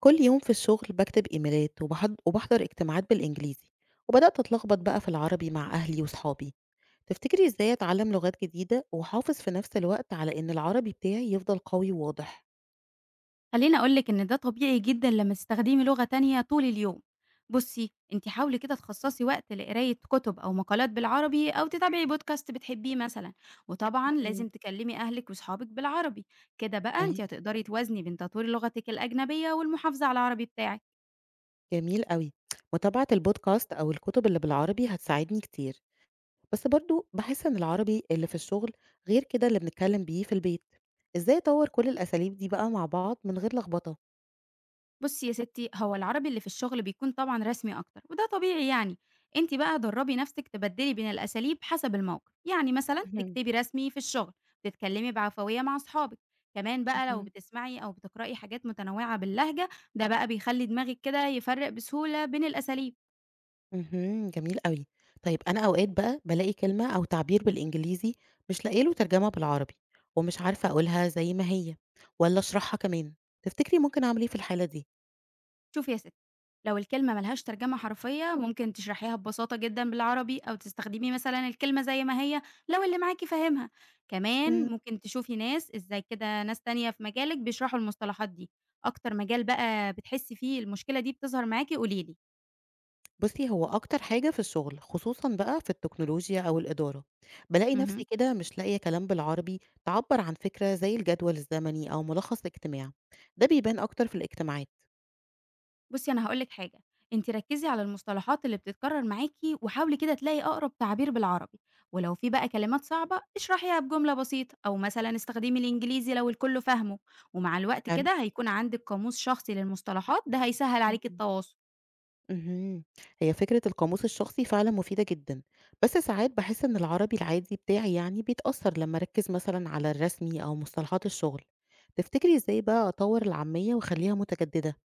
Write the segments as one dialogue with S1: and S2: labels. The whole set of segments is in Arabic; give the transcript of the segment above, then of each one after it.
S1: كل يوم في الشغل بكتب إيميلات وبحضر اجتماعات بالإنجليزي. وبدأت أتلخبط بقى في العربي مع أهلي وصحابي. تفتكري إزاي أتعلم لغات جديدة وأحافظ في نفس الوقت على إن العربي بتاعي يفضل قوي وواضح؟
S2: خلّيني أقول لِك إن ده طبيعي جدًا لمّا تستخدمي لغة تانية طول اليوم. بُصّي، أنتِ حاولي كده تخصّصي وقت لقراية كُتب أو مقالات بالعربي أو تتابعي podcast بتحبيه مثلًا، وطبعًا
S1: مم.
S2: لازم تكلّمي أهلِك وصحابِك بالعربي. كده بقى
S1: أي،
S2: أنتِ هتقدري توازني بين تطوير لغتِك الأجنبية والمحافظة على العربي بتاعِك.
S1: جميل قوي. متابعة البودكاست أو الكتب اللي بالعربي هتساعدني كتير، بس برضو بحس إن العربي اللي في الشغل غير كده اللي بنتكلم بيه في البيت. إزاي أطور كل الأساليب دي بقى مع بعض من غير لخبطة؟
S2: بُصّي يا ستّي، هو العربي اللي في الشغل بيكون طبعًا رسمي أكتر وده طبيعي يعني. أنتِ بقى درّبي نَفْسِك تبدّلي بين الأساليب حسب الموقف، يعني مثلًا
S1: مهم.
S2: تكتبي رسمي في الشغل، تتكلّمي بعفوية مع أصحابِك. كمان بقى لو
S1: مهم.
S2: بتسمعي أو بتقرأي حاجات متنوّعة باللهجة، ده بقى بيخلّي دماغِك كده يفرّق بسهولة بين الأساليب.
S1: اهم، جميل أوي. طيب أنا أوقات بقى بالاقي كلمة أو تعبير بالإنجليزي مش لاقية له ترجمة بالعربي، ومش عارفة أقولها زي ما هي ولا أشرحها كمان، تفتكري ممكن أعمل إيه في الحالة دي؟
S2: شوفي يا ستي، لو الكلمة ما لهاش ترجمة حرفية ممكن تشرحيها ببساطة جدًا بالعربي أو تستخدمي مثلًا الكلمة زي ما هي لو اللي معاكِ فاهمها. كمان
S1: إمم.
S2: ممكن تشوفي ناس إزاي كده ناس تانية في مجالِك بيشرحوا المصطلحات دي. أكتر مجال بقى بتحسي فيه المشكلة دي بتظهر معاكِ قولي لي.
S1: بُصّي، هو أكتر حاجة في الشغل خصوصًا بقى في التكنولوجيا أو الإدارة، بالاقي نفسي
S2: اهم.
S1: كده مش لاقية كلام بالعربي تعبّر عن فكرة زي الجدول الزمني أو ملخص اجتماع، ده بيبان أكتر في الاجتماعات.
S2: بُصّي، أنا هاقول لِك حاجة، أنتِ ركّزي على المصطلحات اللي بتتكرر معاكِ، وحاولي كده تلاقي أقرب تعبير بالعربي، ولو في بقى كلمات صعبة اشرحيها بجملة بسيطة، أو مثلًا استخدمي الإنجليزي لو الكل فاهمه. ومع الوقت
S1: حلو.
S2: كده هيكون عندِك قاموس شخصي للمصطلحات، ده هيسهّل عليكِ
S1: إمم.
S2: التواصل.
S1: اهم. هي فكرة القاموس الشخصي فعلًا مفيدة جدًا، بس ساعات باحس إن العربي العادي بتاعي يعني بيتأثر لمّا أركّز مثلًا على الرسمي أو مصطلحات الشغل، تفتكري إزاي بقى أطوّر العامية وأخلّيها متجددة؟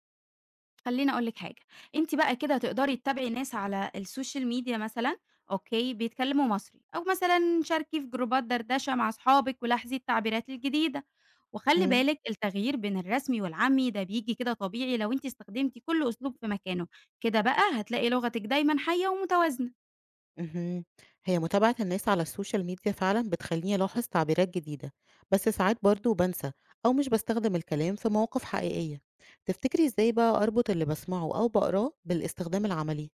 S2: خلّيني أقول لِك حاجة، أنتِ بقى كده هتقدري تتابعي ناس على السوشيال ميديا مثلًا، أوكي، بيتكلموا مصري، أو مثلًا شاركي في جروبات دردشة مع أصحابِك ولاحظي التعبيرات الجديدة. وخلّي
S1: إمم.
S2: بالِك التغيير بين الرسمي والعامي ده بييجي كده طبيعي لو أنتِ استخدمتِ كل أسلوب في مكانه. كده بقى هتلاقي لغتِك دايمًا حية ومتوازنة.
S1: اهم. هي متابعة الناس على السوشيال ميديا فعلًا بتخلّيني ألاحظ تعبيرات جديدة، بس ساعات برضه بانسى أو مش باستخدم الكلام في مواقف حقيقية، تفتكري إزاي بقى أربط اللي باسمعه أو باقراه بالاستخدام العملي؟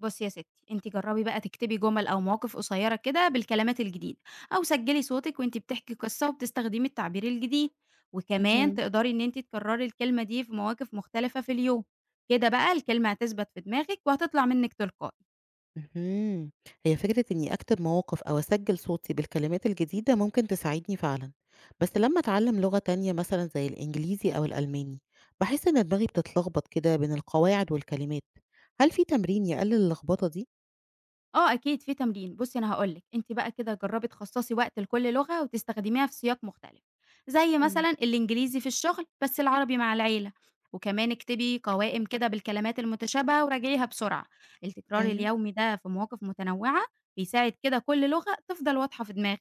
S2: بُصّي يا ستّي، أنتِ جرّبي بقى تكتبي جُمل أو مواقف قصيّرة كده بالكلمات الجديدة، أو سجّلي صوتِك وأنتِ بتحكي قصّة وبتستخدمي التعبير الجديد. وكمان
S1: اهم.
S2: تقدري إن أنتِ تكرّري الكلمة دي في مواقف مختلفة في اليوم. كده بقى الكلمة هتثبت في دماغِك وهتطلع منِّك تلقائي.
S1: اهم. هي فكرة إني أكتب مواقف أو أسجل صوتي بالكلمات الجديدة ممكن تساعدني فعلًا، بس لمّا أتعلم لغة تانية مثلًا زي الإنجليزي أو الألماني، باحس إن دماغي بتتلخبط كده بين القواعد والكلمات، هل في تمرين يقلل اللخبطة دي؟
S2: آه أكيد في تمرين. بُصّي، أنا هاقول لِك، أنتِ بقى كده جرّبي تخصّصي وقت لكل لغة وتستخدميها في سياق مختلف، زي
S1: إمم،
S2: مثلًا الإنجليزي في الشغل بس العربي مع العيلة. وكمان اكتبي قوائم كده بالكلمات المتشابهة وراجعيها بسرعة. التكرار
S1: أيوه.
S2: اليومي ده في مواقف متنوعة بيساعد كده كل لغة تفضل واضحة في دماغِك.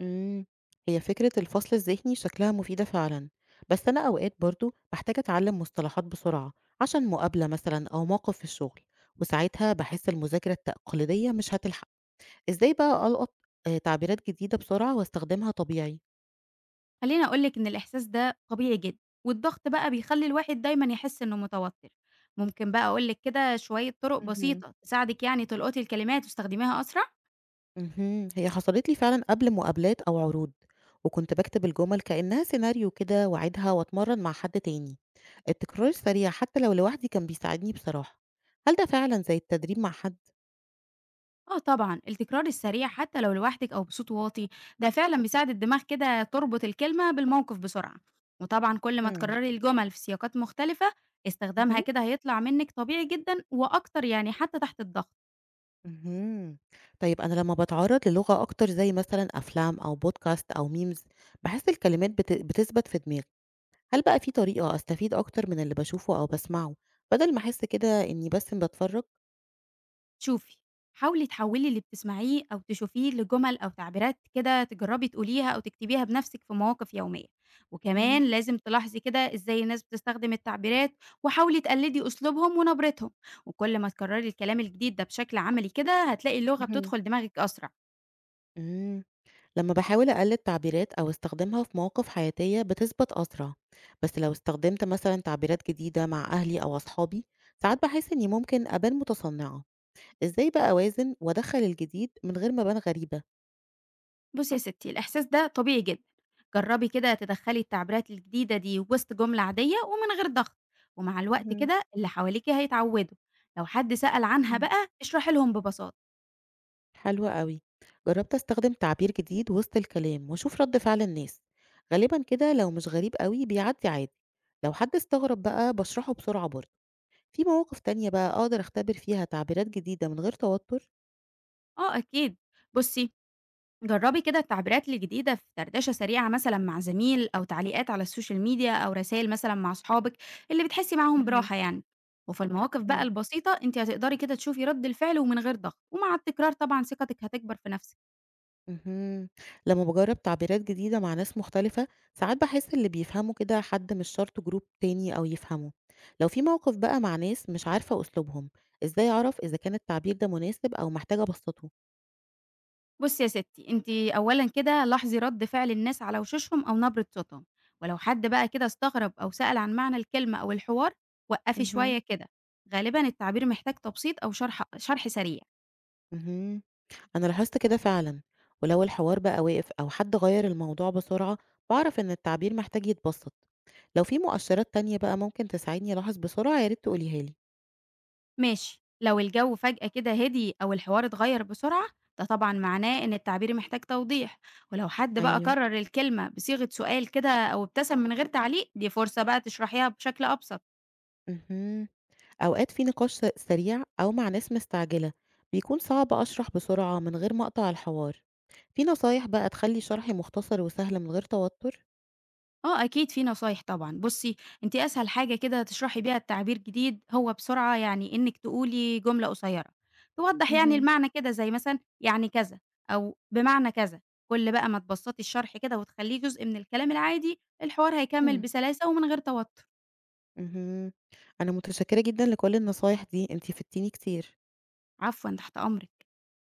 S1: إمم، هي فكرة الفصل الذهني شكلها مفيدة فعلًا، بس أنا أوقات برضه باحتاج أتعلم مصطلحات بسرعة عشان مقابلة مثلًا أو موقف في الشغل، وساعتها باحس المذاكرة التقليدية مش هتلحق. إزاي بقى ألقط تعبيرات جديدة بسرعة واستخدمها طبيعي؟
S2: خلّيني أقول لِك إن الإحساس ده طبيعي جدًا، والضغط بقى بيخلّي الواحد دايمًا يحس إنه متوتر. ممكن بقى أقول لِك كده شوية طُرق
S1: اهم.
S2: بسيطة تساعدِك يعني تلقطي الكلمات وتستخدميها أسرع؟
S1: هي حصلت لي فعلًا قبل مقابلات أو عروض، وكنت باكتب الجمل كأنها سيناريو كده وأعيدها وأتمرن مع حد تاني، التكرار السريع حتى لو لوحدي كان بيساعدني بصراحة، هل ده فعلًا زي التدريب مع حد؟
S2: آه طبعًا، التكرار السريع حتى لو لوحدِك أو بصوت واطي، ده فعلًا بيساعد الدماغ كده تربط الكلمة بالموقف بسرعة. وطبعًا كل ما
S1: إمم،
S2: تكرري الجمل في سياقات مختلفة، استخدامها
S1: اهم.
S2: كده هيطلع منِّك طبيعي جدًا وأكتر يعني حتى تحت الضغط.
S1: اهم، طيب أنا لمّا باتعرض للغة أكتر زي مثلًا أفلام أو podcast أو memes باحس الكلمات بتثبت في دماغي. هل بقى في طريقة أستفيد أكتر من اللي باشوفه أو باسمعه، بدل ما أحس كده إني بس باتفرّج؟
S2: شوفي، حاولي تحوّلي اللي بتسمعيه أو تشوفيه لجُمل أو تعبيرات كده تجرّبي تقوليها أو تكتبيها بنَفْسِك في مواقف يومية.
S1: إمم،
S2: وكمان لازم تلاحظي كده إزاي الناس بتستخدم التعبيرات وحاولي تقلّدي أسلوبهم ونبرتهم. وكل ما تكرّري الكلام الجديد ده بشكل عملي كده هتلاقي اللغة
S1: اهم.
S2: بتدخُل دماغِك أسرع.
S1: إمم، لمّا باحاول أقلِّد تعبيرات أو استخدمها في مواقف حياتية بتثبت أسرع، بس لو استخدمت مثلًا تعبيرات جديدة مع أهلي أو أصحابي، ساعات باحس إني ممكن أبان متصنعة، إزاي بقى أوازن وأدخّل الجديد من غير ما أبان غريبة؟
S2: بُصّي يا ستّي، الإحساس ده طبيعي جدًا. جرّبي كده تدخّلي التعبيرات الجديدة دي وِسط جملة عادية ومن غير ضغط، ومع الوقت
S1: اهم،
S2: كده اللي حواليكِ هيتعوّدوا. لو حد سأل عنها
S1: إمم.
S2: بقى اشرحي لهم ببساطة.
S1: حلو قوي. جربت استخدم تعبير جديد وسط الكلام واشوف رد فعل الناس، غالبا كده لو مش غريب قوي بيعدي عادي، لو حد استغرب بقى بشرحه بسرعة برضه. في مواقف تانية بقى اقدر اختبر فيها تعبيرات جديدة من غير توتر؟
S2: آه أكيد. بُصّي، جرّبي كده التعبيرات الجديدة في دردشة سريعة مثلًا مع زميل أو تعليقات على السوشيال ميديا أو رسايل مثلًا مع أصحابِك اللي بتحسّي معاهم
S1: مهم.
S2: براحة يعني. وفي المواقف بقى
S1: مم.
S2: البسيطة أنتِ هتقدري كده تشوفي رَد الفعل ومن غير ضغط، ومع التكرار طبعًا ثقتِك هتكبر في نَفْسِك.
S1: مهم. لما بجرب تعبيرات جديدة مع ناس مختلفة ساعات بحس اللي بيفهمه كده حد مش شرط جروب تاني أو يفهمه. لو في موقف بقى مع ناس مش عارفة أسلوبهم، إزاي أعرف إذا كان التعبير ده مناسب أو محتاجة أبسطه؟
S2: بُصّي يا ستّي، أنتِ أولًا كده لاحظي رَد فعل الناس على وشوشهم أو نبرة صوتهم، ولو حد بقى كده استغرب أو سأل عن معنى الكلمة أو الحوار وقّفي
S1: مهم.
S2: شوية كده. غالبًا التعبير محتاج تبسيط أو شرح سريع.
S1: مهم. أنا لاحظت كده فعلا، ولو الحوار بقى واقف أو حد غير الموضوع بسرعة بعرف إن التعبير محتاج يتبسط. لو في مؤشرات تانية بقى ممكن تساعدني ألاحظ بسرعة يا ريت تقوليها لي.
S2: ماشي، لو الجو فجأة كده هدي أو الحوار اتغير بسرعة ده طبعا معناه إن التعبير محتاج توضيح. ولو حد بقى
S1: ايوه،
S2: كرر الكلمة بصيغة سؤال كده أو ابتسم من غير تعليق دي فرصة بقى تشرحيها بشكل أبسط.
S1: مهم. أوقات في نقاش سريع أو مع ناس مستعجلة بيكون صعب أشرح بسرعة من غير ما أقطع الحوار. في نصايح بقى تخلي شرحي مختصر وسهل من غير توتر؟
S2: اه أكيد في نصايح طبعا. بصي، انت أسهل حاجة كده تشرحي بيها التعبير جديد هو بسرعة، يعني إنك تقولي جملة قصيرة توضح يعني
S1: مهم.
S2: المعنى كده، زي مثلا يعني كذا أو بمعنى كذا. كل بقى ما تبسطي الشرح كده وتخليه جزء من الكلام العادي الحوار هيكمل
S1: مم.
S2: بسلاسة ومن غير توتر.
S1: مم. مهم. أنا متشكرة جدا لكل النصايح دي انتي فدتيني كتير.
S2: عفوًا، تحت أمرِك.